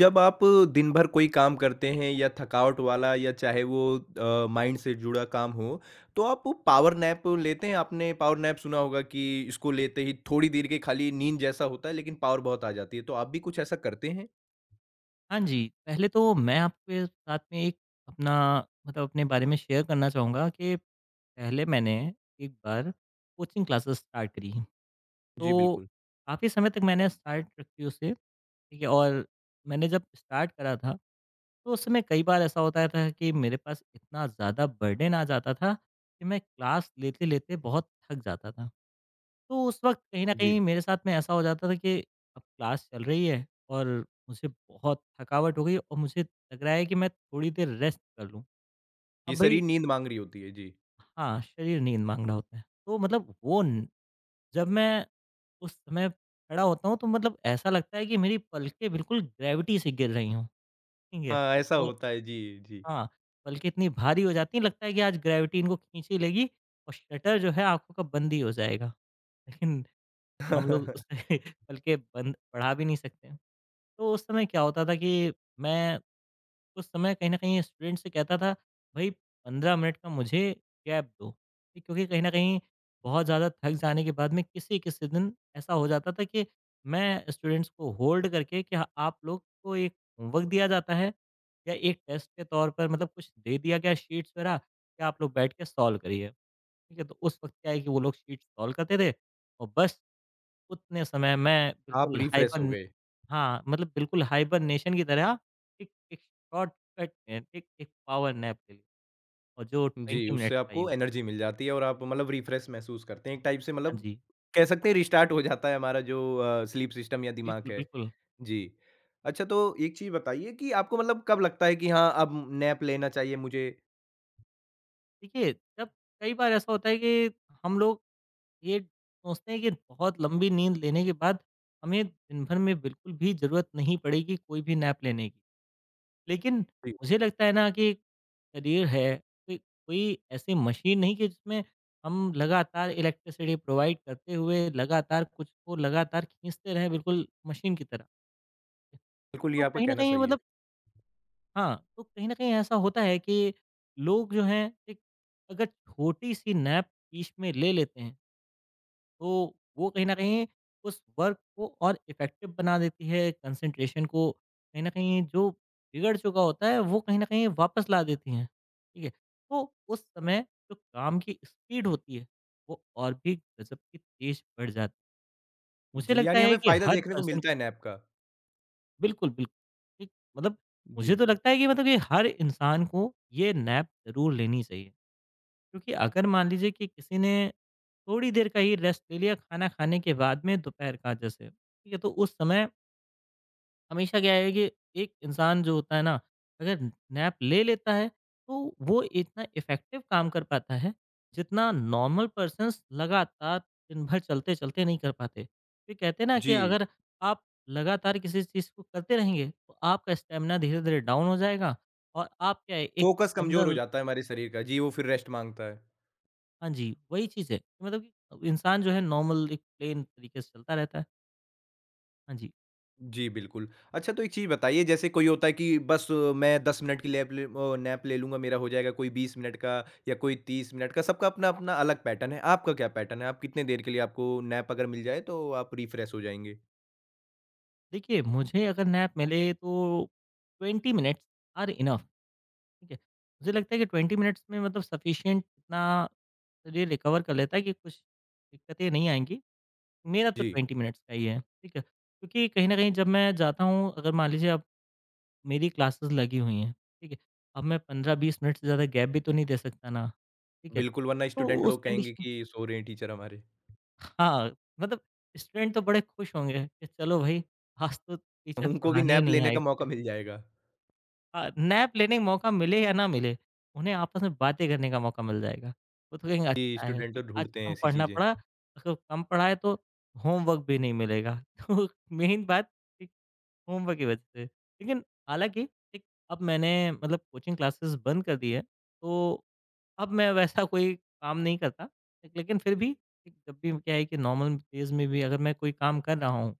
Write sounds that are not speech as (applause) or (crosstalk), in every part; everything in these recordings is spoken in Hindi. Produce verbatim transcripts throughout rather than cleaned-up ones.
जब आप दिन भर कोई काम करते हैं या थकावट वाला या चाहे वो अ, माइंड से जुड़ा काम हो तो आप पावर नैप लेते हैं आपने पावर नैप सुना होगा कि इसको लेते ही थोड़ी देर के खाली नींद जैसा होता है लेकिन पावर बहुत आ जाती है तो आप भी कुछ ऐसा करते हैं। हाँ जी, पहले तो मैं आपके साथ में एक अपना मतलब अपने बारे में शेयर करना चाहूँगा कि पहले मैंने एक बार कोचिंग क्लासेस स्टार्ट करी। जी तो बिल्कुल। काफ़ी समय तक मैंने स्टार्ट रखी उसे, ठीक है? और मैंने जब स्टार्ट करा था, तो उस समय कई बार ऐसा होता था कि मेरे पास इतना ज़्यादा बर्डन आ जाता था कि मैं क्लास लेते-लेते बहुत थक जाता था। तो उस वक़्त कहीं न कहीं जी मेरे साथ में ऐसा हो जाता था कि अब क्लास चल रही है और मुझे बहुत थकावट हो गई और मुझे लग रहा है कि मैं थोड़ी देर रेस्ट कर लूँ। ये अब भई, शरीर नींद मांग रही होती है जी। हाँ, शरीर नींद माँग रहा होता है। तो मतलब वो न, जब मैं उस समय खड़ा होता हूँ तो मतलब ऐसा लगता है कि मेरी पलकें बिल्कुल ग्रेविटी से गिर रही हों, ठीक है? हाँ ऐसा और होता है जी। जी हाँ, पलकें इतनी भारी हो जाती हैं, लगता है कि आज ग्रेविटी इनको खींच ही लेगी और शटर जो है आँखों का बंद ही हो जाएगा। लेकिन हम लोग उसमें (laughs) (laughs) पलकें बंद बढ़ा भी नहीं सकते। तो उस समय क्या होता था कि मैं उस समय कहीं न कहीं स्टूडेंट से कहता था, "भई पंद्रह मिनट का मुझे गैप दो।" ठीक, क्योंकि कहीं न कहीं बहुत ज़्यादा थक जाने के बाद में किसी-किसी दिन ऐसा हो जाता था कि मैं स्टूडेंट्स को होल्ड करके कि हाँ, आप लोग को एक होमवर्क दिया जाता है या एक टेस्ट के तौर पर मतलब कुछ दे दिया गया शीट्स वगैरह कि आप लोग बैठ के सॉल्व करिए। ठीक है? तो उस वक़्त क्या है कि वो लोग शीट्स सॉल्व करते थे और बस उतने समय मैं आप बिल्कुल रिफ्रेश हो हाइबर गए। हाँ, मतलब बिल्कुल हाइबरनेशन की तरह एक एक शॉर्टकट अ, एक एक पावर नैप ले ली और जो जी, ट्वेंटी उससे मिनट्स का ही आपको हुआ। एनर्जी मिल जाती है और आप मतलब रिफ्रेश महसूस करते हैं। एक टाइप से हाँ मतलब जी, कह सकते हैं रिस्टार्ट हो जाता है हमारा जो अ, स्लीप सिस्टम या दिमाग बिल्कुल, है। बिल्कुल। जी। अच्छा तो एक चीज़ बताइए कि आपको मतलब कब लगता है कि हाँ, अब नैप लेना चाहिए मुझे? देखिए, जब कई बार ऐसा होता है कि हम लोग ये सोचते हैं कि बहुत लंबी नींद लेने के बाद हमें दिन भर में बिल्कुल भी ज़रूरत नहीं पड़ेगी कोई भी नैप लेने की। लेकिन जी, मुझे लगता है ना कि शरीर है कोई कोई ऐसी मशीन नहीं कि जिसमें हम लगातार इलेक्ट्रिसिटी प्रोवाइड करते हुए लगातार कुछ को लगातार खींचते रहें बिल्कुल मशीन की तरह। बिल्कुल ये तो आपका कहीं न कहना कहीं सही है। मतलब, हाँ, तो कहीं न कहीं ऐसा होता है कि लोग जो हैं एक अगर छोटी-सी नैप बीच में ले लेते हैं, तो वो कहीं न कहीं उस वर्क को और इफ़ेक्टिव बना देती है, कंसंट्रेशन को कहीं न कहीं जो बिगड़ चुका होता है, वो कहीं न कहीं वापस ला देती हैं। ठीक है? तो उस समय जो काम की स्पीड होती है, वो और भी गज़ब की तेज़ बढ़ जाती है। मुझे जी, लगता यानी है हमें कि फ़ायदा हर देखने को पर्सन, मिलता है नैप का। बिल्कुल, बिल्कुल, ठीक, मतलब, जी। मुझे तो लगता है कि मतलब ये हर इंसान को ये नैप ज़रूर लेनी चाहिए। क्योंकि अगर मान लीजिए कि किसी ने थोड़ी देर का ही रेस्ट ले लिया खाना खाने के बाद में दोपहर का जैसे, ठीक है, तो उस समय हमेशा क्या है कि एक इंसान जो होता है ना, अगर नैप ले लेता है, तो वो इतना इफेक्टिव काम कर पाता है जितना नॉर्मल पर्सन लगातार दिन भर चलते चलते नहीं कर पाते। तो ये कहते हैं ना कि जी, अगर आप लगातार किसी चीज़ को करते रहेंगे तो आपका स्टेमिना धीरे धीरे डाउन हो जाएगा और आप क्या है एक फ़ोकस कमज़ोर हो जनरल, जाता है हमारे शरीर का। जी, वो फिर रेस्ट माँगता है। हाँ जी, वही चीज़ है। कि मतलब कि इंसान जो है नॉर्मल एक प्लेन तरीके से चलता रहता है। हाँ जी। जी, बिल्कुल। अच्छा तो एक चीज़ बताइए जैसे कोई होता है कि बस अ, मैं दस मिनट की लैप ले ओ, नैप ले लूँगा मेरा हो जाएगा, कोई बीस मिनट का या कोई तीस मिनट का, सबका अपना-अपना अलग पैटर्न है। आपका क्या पैटर्न है? आप कितने देर के लिए आपको नैप अगर मिल जाए तो आप रिफ्रेश हो जाएँगे? देखिए, मुझे अगर नैप मिले तो ट्वेंटी मिनट्स आर इनफ, ठीक है। मुझे लगता है कि ट्वेंटी मिनट्स में मतलब सफिशिएंट इतना शरीर रिकवर कर लेता है कि कुछ दिक्कतें नहीं आएँगी। मेरा तो जी, ट्वेंटी मिनट्स का ही है, ठीक है। क्योंकि कहीं न कहीं जब मैं जाता हूँ अगर मान लीजिए अब मेरी क्लासेस लगी हुई हैं, ठीक है। अब मैं पंद्रह बीस मिनट से ज़्यादा गैप भी तो नहीं दे सकता ना, ठीक है। बिल्कुल वरना तो स्टूडेंट उस लोग कहेंगे कंडीशन, कि सो रहे हैं टीचर हमारे। हाँ, मतलब स्टूडेंट तो बड़े खुश होंगे कि चलो भई, आज तो टीचर उनको भी पढ़ाने ही नैप नहीं लेने आए। का मौका मिल जाएगा। हाँ, नैप लेने का मौका मिले या ना मिले, उन्हें आपस में बातें करने का मौका मिल जाएगा। वो तो कहेंगे जी, अच्छा है, स्टूडेंट ठीक, तो आज ढूँढते हैं कम ऐसी पढ़ना चीज़ें। पड़ा, अगर कम पढ़ा है तो होमवर्क भी नहीं मिलेगा। (laughs) तो मेन बात, एक होमवर्क की वजह से। लेकिन हालाँकि एक, अब मैंने मतलब कोचिंग क्लासेस बंद कर दी है, तो अब मैं वैसा कोई काम नहीं करता। लेकिन फिर भी, एक जब भी क्या है कि नॉर्मल डेज़ में भी अगर मैं कोई काम कर रहा हूँ,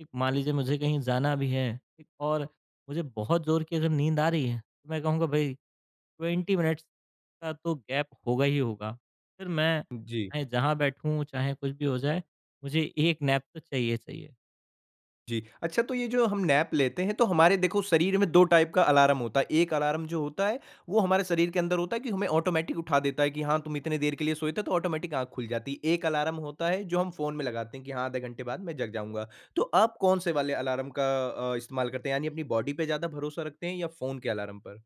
एक मान लीजिए मुझे कहीं जाना भी है, एक और मुझे बहुत ज़ोर की अगर नींद आ रही है, तो मैं कहूँगा भई ट्वेंटी मिनट्स का तो गैप होगा ही होगा। फिर मैं जी। चाहे जहाँ बैठूँ, चाहे कुछ भी हो जाए, मुझे एक नैप तो चाहिए चाहिए। जी। अच्छा तो ये जो हम नैप लेते हैं तो हमारे देखो शरीर में दो टाइप का अलार्म होता है। एक अलार्म जो होता है वो हमारे शरीर के अंदर होता है कि हमें ऑटोमैटिक उठा देता है कि हाँ, तुम इतने देर के लिए सोए थे तो ऑटोमैटिक आँख खुल जाती है। एक अलार्म होता है जो हम फ़ोन में लगाते हैं कि हाँ, आधे घंटे बाद मैं जग जाऊँगा। तो आप कौन-से वाले अलार्म का अ, इस्तेमाल करते हैं? यानी अपनी बॉडी पे ज़्यादा भरोसा रखते हैं या फ़ोन के अलार्म पर?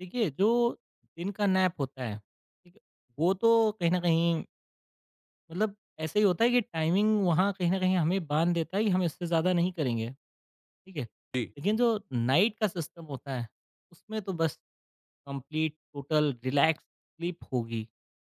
देखिए, जो दिन का नैप होता है, ठीक है, वो तो कहीं न कहीं मतलब ऐसे ही होता है कि टाइमिंग वहाँ कहीं न कहीं हमें बाँध देता है कि हम इससे ज़्यादा नहीं करेंगे, ठीक है। जी। लेकिन जो नाइट का सिस्टम होता है, उसमें तो बस कंप्लीट टोटल रिलैक्स स्लीप होगी।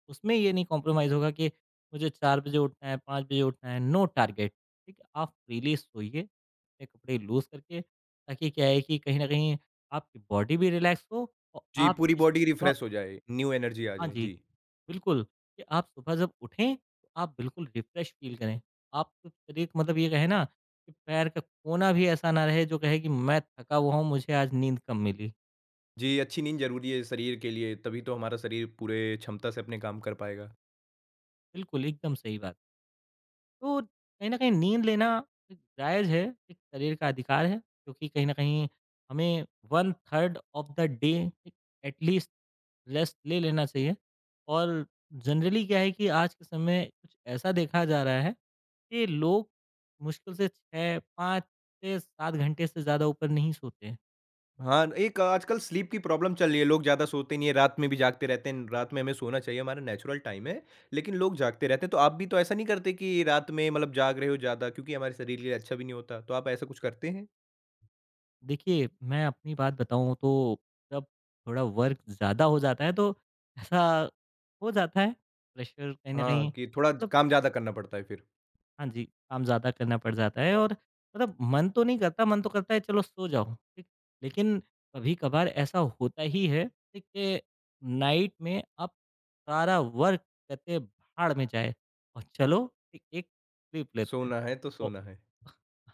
उसमें ये नहीं कॉम्प्रोमाइज़ होगा कि मुझे चार बजे उठना है, पाँच बजे उठना है, नो टारगेट, ठीक है। आप फ्रीली सोइए, अपने कपड़े लूज़ करके, ताकि क्या है कि कहीं न कहीं आपकी बॉडी भी रिलैक्स हो और जी, आप पूरी इस बॉडी ब रिफ्रेश हो जाए, न्यू एनर्जी आ हाँ जाए। जी। जी। बिल्कुल, कि आप सुबह जब उठें, तो आप बिल्कुल रिफ़्रेश फ़ील करें। आपको शरीर को मतलब ये कहे ना कि पैर का कोना भी ऐसा ना रहे जो कहे कि मैं थका हुआ हूँ, मुझे आज नींद कम मिली। जी, अच्छी नींद ज़रूरी है शरीर के लिए तभी तो हमारा शरीर पूरे क्षमता से अपने काम कर पाएगा। बिल्कुल, एकदम सही बात। तो कहीं न कहीं नींद लेना एक जायज़ है, एक शरीर का अधिकार है, क्योंकि कहीं न कहीं हमें one third of the day at least rest ले लेना चाहिए। और जनरली क्या है कि आज के समय कुछ ऐसा देखा जा रहा है, ये लोग मुश्किल से छह, पाँच से सात घंटे से ज़्यादा ऊपर नहीं सोते। हाँ, एक आजकल स्लीप की प्रॉब्लम चल रही है, लोग ज़्यादा सोते नहीं हैं, रात में भी जागते रहते हैं, रात में हमें सोना चाहिए, हमारा नेचुरल टाइम है, लेकिन लोग जागते रहते हैं, तो आप भी तो ऐसा नहीं करते कि रात में मतलब जाग रहे हो ज़्यादा क्योंकि हमारे शरीर के लिए अच्छा भी नहीं होता, तो आप ऐसा कुछ करते हैं? देखिए, मैं अपनी बात बताऊँ तो जब थोड़ा वर्क ज़्यादा हो जाता है तो ऐसा हो जाता है, प्रेशर कहीं न कहीं, हाँ, कि थोड़ा मतलब, काम ज़्यादा करना पड़ता है फिर, हाँ जी, काम ज़्यादा करना पड़ जाता है और मतलब मन तो नहीं करता, मन तो करता है चलो सो जाओ, ठीक। लेकिन कभी-कभार ऐसा होता ही है, ठीक, कि नाइट में आप सारा वर्क करके भाड़ में जाए और चलो एक एक स्लीप लेते हैं। सोना है तो ओ, सोना है।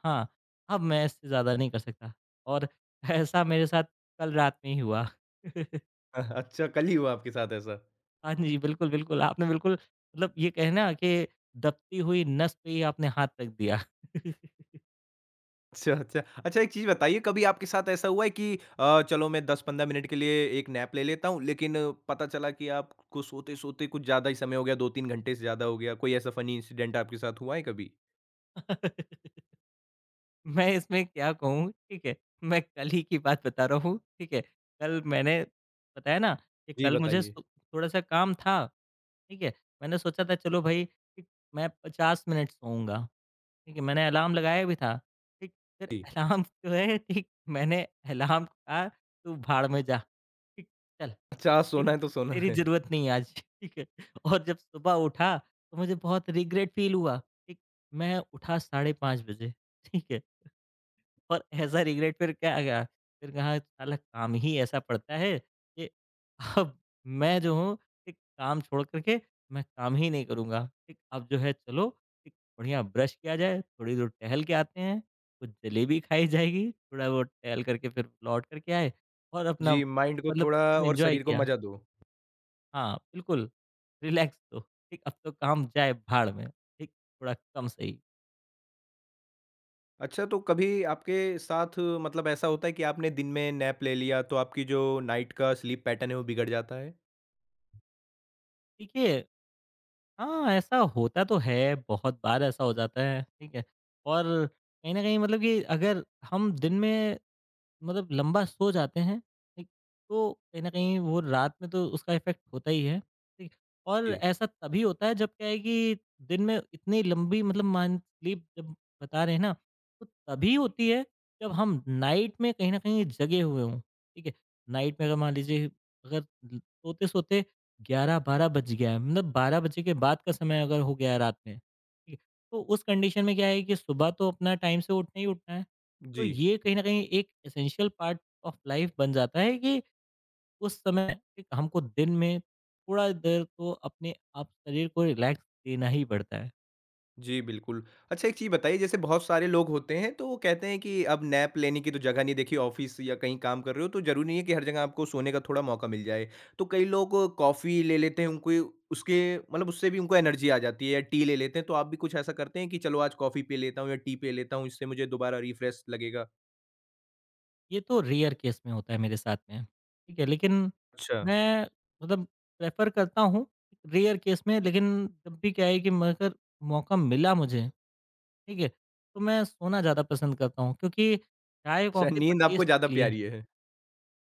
हाँ, अब मैं इससे ज़्यादा नहीं कर सकता और ऐसा मेरे साथ कल रात में ही हुआ। (laughs) (laughs) अच्छा, कल ही हुआ आपके साथ ऐसा? हाँ जी, बिल्कुल, बिल्कुल, आपने बिल्कुल मतलब ये कहे ना कि दबती हुई नस पे ही आपने हाथ रख दिया। (laughs) अच्छा, अच्छा। अच्छा एक चीज़ बताइए कभी आपके साथ ऐसा हुआ है कि अ, चलो मैं दस से पंद्रह मिनट के लिए एक नैप ले लेता हूँ, लेकिन पता चला कि आपको सोते-सोते कुछ ज़्यादा ही समय हो गया, दो से तीन घंटे से ज़्यादा हो गया? कोई ऐसा फ़नी इंसिडेंट आपके साथ हुआ है कभी? Right. मैं इसमें क्या कहूँ, ठीक है? मैं कल ही की बात बता रहा हूँ, ठीक है? कल मैंने बताया ना कि जी, कल मुझे बताइए। सो थोड़ा-सा काम था, ठीक है? मैंने सोचा था चलो भई ठीक मैं पचास मिनट सोऊँगा, ठीक है? मैंने अलार्म लगाया भी था, ठीक? फिर जी। अलार्म जो है, ठीक, मैंने अलार्म को कहा तू भाड़ में जा, ठीक? चल, अच्छा ठीक? सोना है तो सोना तेरी है। ज़रूरत नहीं है आज, ठीक है? और जब सुबह उठा तो मुझे बहुत रिग्रेट फ़ील हुआ, ठीक? मैं उठा साढ़े पाँच बजे, ठीक है? और ऐसा रिग्रेट फिर क्या गया? फिर कहा साला काम ही ऐसा पड़ता है कि अब मैं जो हूँ एक काम छोड़ कर के मैं काम ही नहीं करूँगा। ठीक, अब जो है चलो एक बढ़िया ब्रश किया जाए, थोड़ी दूर टहल के आते हैं, कुछ जलेबी खाई जाएगी, थोड़ा बहुत टहल करके फिर लौट कर के आए और अपना जी, माइंड को मतलब थोड़ा दिन और एन्जॉय शरीर को किया। मज़ा दो। हाँ, बिल्कुल रिलैक्स तो। ठीक, अब तो काम जाए भाड़ में, ठीक, थोड़ा कम सही। अच्छा तो कभी आपके साथ मतलब ऐसा होता है कि आपने दिन में नैप ले लिया तो आपकी जो नाइट का स्लीप पैटर्न है वो बिगड़ जाता है? ठीक है, हाँ, ऐसा होता तो है, बहुत बार ऐसा हो जाता है, ठीक है? और कहीं न कहीं मतलब कि अगर हम दिन में मतलब लंबा सो जाते हैं, ठीक, तो कहीं न कहीं वो रात में तो उसका इफ़ेक्ट होता ही है, ठीक। और जी। ऐसा तभी होता है जब क्या है कि दिन में इतनी लंबी मतलब मान स्लीप जब बता रहे हैं ना, तो तभी होती है जब हम नाइट में कहीं न कहीं जगे हुए हों, ठीक है। नाइट में अगर मान लीजिए अगर ल सोते-सोते ग्यारह बारह बज गया है, मतलब बारह बजे के बाद का समय अगर हो गया है रात में, ठीक है, तो उस कंडीशन में क्या है कि सुबह तो अपना टाइम से उठना ही उठना है। तो जी। ये कहीं न कहीं एक एसेंशियल पार्ट ऑफ लाइफ बन जाता है कि उस समय एक हमको दिन में थोड़ा देर तो अपने आप शरीर को रिलैक्स देना ही पड़ता है। जी, बिल्कुल। अच्छा एक चीज़ बताइए जैसे बहुत सारे लोग होते हैं तो वो कहते हैं कि अब नैप लेने की तो जगह नहीं देखिए ऑफ़िस या कहीं काम कर रहे हो तो ज़रूरी नहीं है कि हर जगह आपको सोने का थोड़ा मौका मिल जाए। तो कई लोग कॉफ़ी ले लेते हैं उनको उसके मतलब उससे भी उनको एनर्जी आ जाती है या टी ले लेते हैं। तो आप भी कुछ ऐसा करते हैं कि चलो आज कॉफ़ी पी लेता हूँ या टी पी लेता हूँ इससे मुझे दोबारा रिफ्रेश लगेगा? ये तो रेयर केस में होता है मेरे साथ में, ठीक है? लेकिन अच्छा। मैं मतलब प्रेफ़र करता हूँ रेयर केस में लेकिन जब भी क्या है कि मगर मौका मिला मुझे, ठीक है? तो मैं सोना ज़्यादा पसंद करता हूँ क्योंकि अच्छा चाय-कॉफ़ी तो नींद आपको टेस्ट ज़्यादा के लिए। प्यारी है।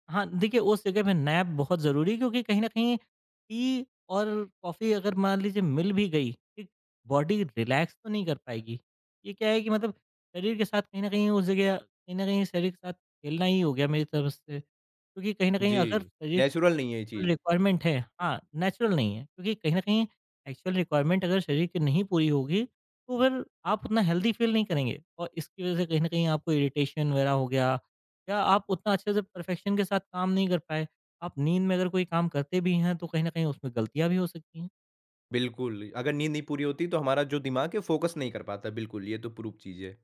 हाँ, देखिए उस जगह पे नैप बहुत ज़रूरी है क्योंकि कहीं न कहीं टी और कॉफ़ी अगर मान लीजिए मिल भी गई, ठीक, बॉडी रिलैक्स तो नहीं कर पाएगी। ये क्या है कि मतलब शरीर के साथ कहीं न कहीं उस जगह कहीं न कहीं शरीर के साथ खेलना ही हो गया मेरी तरफ से। क्योंकि कहीं न कहीं अगर जी, शरीर नेचुरल नहीं है ये चीज़। रिक्वायरमेंट है। हाँ, नेचुरल नहीं है। क्योंकि कहीं न कहीं एक्चुअल रिक्वायरमेंट अगर शरीर की नहीं पूरी होगी, तो फिर आप उतना हेल्दी फ़ील नहीं करेंगे और इसकी वज़ह से कहीं न कहीं आपको इरिटेशन वग़ैरह हो गया या आप उतना अच्छे से परफेक्शन के साथ काम नहीं कर पाए। आप नींद में अगर कोई काम करते भी हैं, तो कहीं न कहीं उसमें गलतियाँ भी हो सकती हैं। बिल्कुल, अगर नींद नहीं पूरी होती तो हमारा जो दिमाग है फ़ोकस नहीं कर पाता। बिल्कुल, ये तो प्रूव चीज़ है।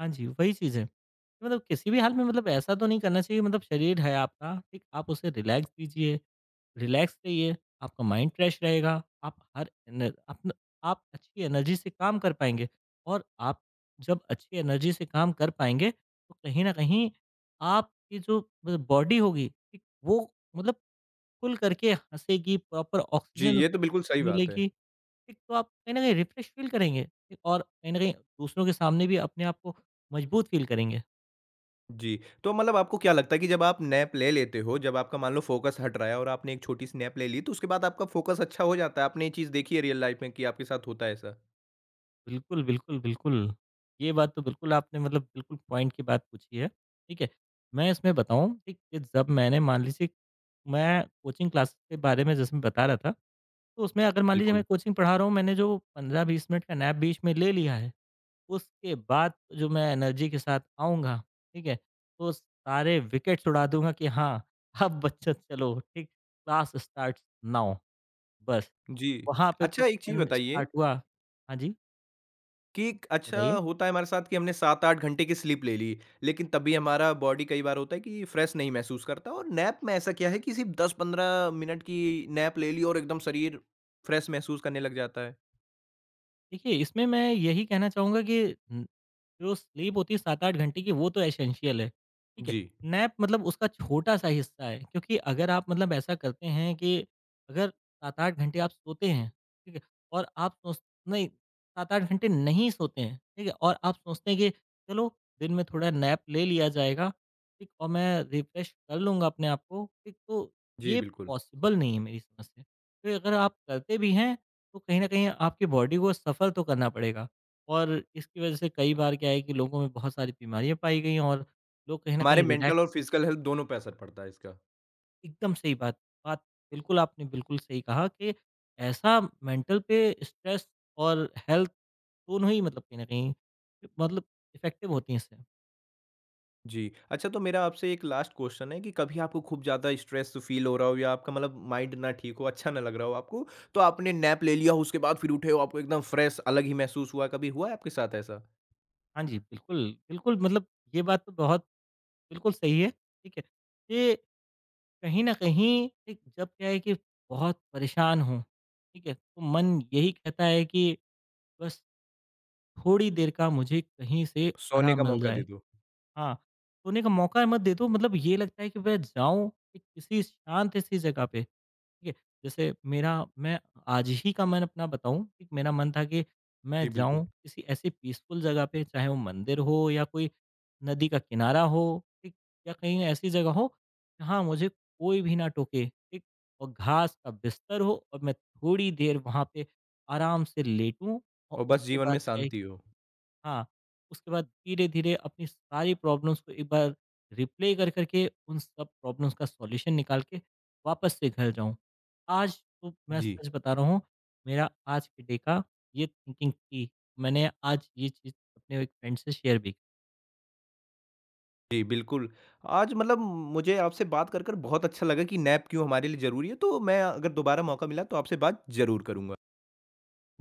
हाँ जी, वही चीज़ है। कि मतलब किसी भी हाल में मतलब ऐसा तो नहीं करना चाहिए, मतलब शरीर है आपका, ठीक? आप उसे रिलैक्स दीजिए, रिलैक्स रहिए, आपका माइंड फ्रेश रहेगा, आप हर एन अपना आप अच्छी एनर्जी से काम कर पाएँगे और आप जब अच्छी एनर्जी से काम कर पाएँगे, तो कहीं न कहीं आपकी जो ब बॉडी होगी, ठीक? वो मतलब खुल करके हँसेगी, प्रॉपर जी, ऑक्सीजन ये उसे तो बिल्कुल सही बात है। मिलेगी। एक तो आप कहीं न कहीं रिफ्रेश फ़ील करेंगे, ठीक, और कहीं न कहीं दूसरों के सामने भी अपने आप को मजबूत फ़ील करेंगे। जी, तो मतलब आपको क्या लगता है कि जब आप नैप ले लेते हो, जब आपका मान लो फ़ोकस हट रहा है और आपने एक छोटी-सी नैप ले ली, तो उसके बाद आपका फ़ोकस अच्छा हो जाता है? आपने ये चीज़ देखी है रियल लाइफ़ में कि आपके साथ होता है ऐसा? बिल्कुल, बिल्कुल, बिल्कुल। ये बात तो बिल्कुल आपने मतलब बिल्कुल पॉइंट की बात पूछी है, ठीक है। मैं इसमें बताऊँ ठीक कि जब मैंने मान लीजिए मैं कोचिंग क्लासेस के बारे में जैसे मैं बता रहा था, तो उसमें अगर मान लीजिए मैं बिल्कुल। कोचिंग पढ़ा रहा हूँ, मैंने जो पंद्रह बीस मिनट का नैप बीच में ले लिया है, उसके बाद जो मैं एनर्जी के साथ आऊँगा, ठीक है? तो सारे विकेट्स उड़ा दूँगा कि हाँ, अब बच्चों चलो, ठीक, क्लास स्टार्ट्स नाउ बस। जी। वहाँ पे तो अच्छा एक चीज़ फन बताइए स्टार्ट हुआ। हाँ जी, कि एक अच्छा बताइए? होता है हमारे साथ कि हमने सात से आठ घंटे की स्लीप ले ली, लेकिन तब भी हमारा बॉडी कई बार होता है कि फ्रेश नहीं महसूस करता और नैप में ऐसा क्या है कि सिर्फ़ दस से पंद्रह मिनट की नैप ले ली और एकदम शरीर फ्रेश महसूस करने लग जाता है? देखिए, इसमें मैं यही कहना चाहूँगा कि जो स्लीप होती है सात आठ घंटे की, वो तो एसेंशियल है, ठीक है? जी। नैप मतलब उसका छोटा-सा हिस्सा है क्योंकि अगर आप मतलब ऐसा करते हैं कि अगर सात आठ घंटे आप सोते हैं, ठीक है? और आप सोच नहीं, सात आठ घंटे नहीं सोते हैं, ठीक है? और आप सोचते हैं कि चलो दिन में थोड़ा नैप ले लिया जाएगा, ठीक? और मैं रिफ्रेश कर लूँगा अपने आप को, ठीक? तो जी, ये बिल्कुल। पॉसिबल नहीं है मेरी समझ से। तो अगर आप करते भी हैं, तो कहीं न कहीं आपकी बॉडी को सफ़र तो करना पड़ेगा। और इसकी वजह से कई बार क्या है कि लोगों में बहुत सारी बीमारियाँ पाई गई और लोग कहीं न हमारे कहीं रिलैक्स। मेंटल और फिजिकल हेल्थ दोनों पे असर पड़ता है इसका। एकदम सही बात बात, बिल्कुल आपने बिल्कुल सही कहा कि ऐसा मेंटल पे स्ट्रेस और हेल्थ दोनों ही मतलब कहीं न कहीं मतलब इफ़ेक्टिव होती हैं इससे। जी। अच्छा तो मेरा आपसे एक लास्ट क्वेश्चन है कि कभी आपको खूब ज़्यादा स्ट्रेस फ़ील हो रहा हो या आपका मतलब माइंड ना ठीक हो, अच्छा ना लग रहा हो आपको, तो आपने नैप ले लिया हो उसके बाद फिर उठे हो आपको एकदम फ्रेश अलग ही महसूस हुआ, कभी हुआ है आपके साथ ऐसा? हाँ जी, बिल्कुल, बिल्कुल, मतलब ये बात तो बहुत बिल्कुल सही है, ठीक है। ये कहीं न कहीं एक जब क्या है कि बहुत परेशान हों, ठीक है, तो मन यही कहता है कि बस थोड़ी देर का मुझे कहीं से सोने आराम का मिल मौका जाए। दे दो। हाँ, सोने का मौका मत दे दो, मतलब ये लगता है कि मैं जाऊँ एक किसी शांत सी जगह पे, ठीक है? जैसे मेरा, मैं आज ही का, मैं अपना बताऊँ, एक मेरा मन था कि जी, मैं बिल्कुल। जाऊँ किसी ऐसी पीसफुल जगह पे, चाहे वो मंदिर हो या कोई नदी का किनारा हो, ठीक? या कहीं ऐसी जगह हो, जहाँ मुझे कोई भी ना टोके, ठीक? और घास का बिस्तर हो और मैं थोड़ी देर वहाँ पे आराम से लेटूँ और और बस उसके जीवन में बाद क्या है। शांति हो। हाँ, उसके बाद धीरे-धीरे अपनी सारी प्रॉब्लम्स को एक बार रिप्ले कर कर के उन सब प्रॉब्लम्स का सॉल्यूशन निकाल के वापस से घर जाऊँ। आज तो मैं जी। सच बता रहा हूँ, मेरा आज के डे का ये थिंकिंग थी। मैंने आज ये चीज़ अपने एक फ्रेंड से शेयर भी जी, बिल्कुल। आज मतलब मुझे आपसे बात कर, कर बहुत अच्छा लगा कि नैप क्यों हमारे लिए ज़रूरी है, तो मैं अगर दोबारा मौका मिला तो आपसे बात ज़रूर करूँगा।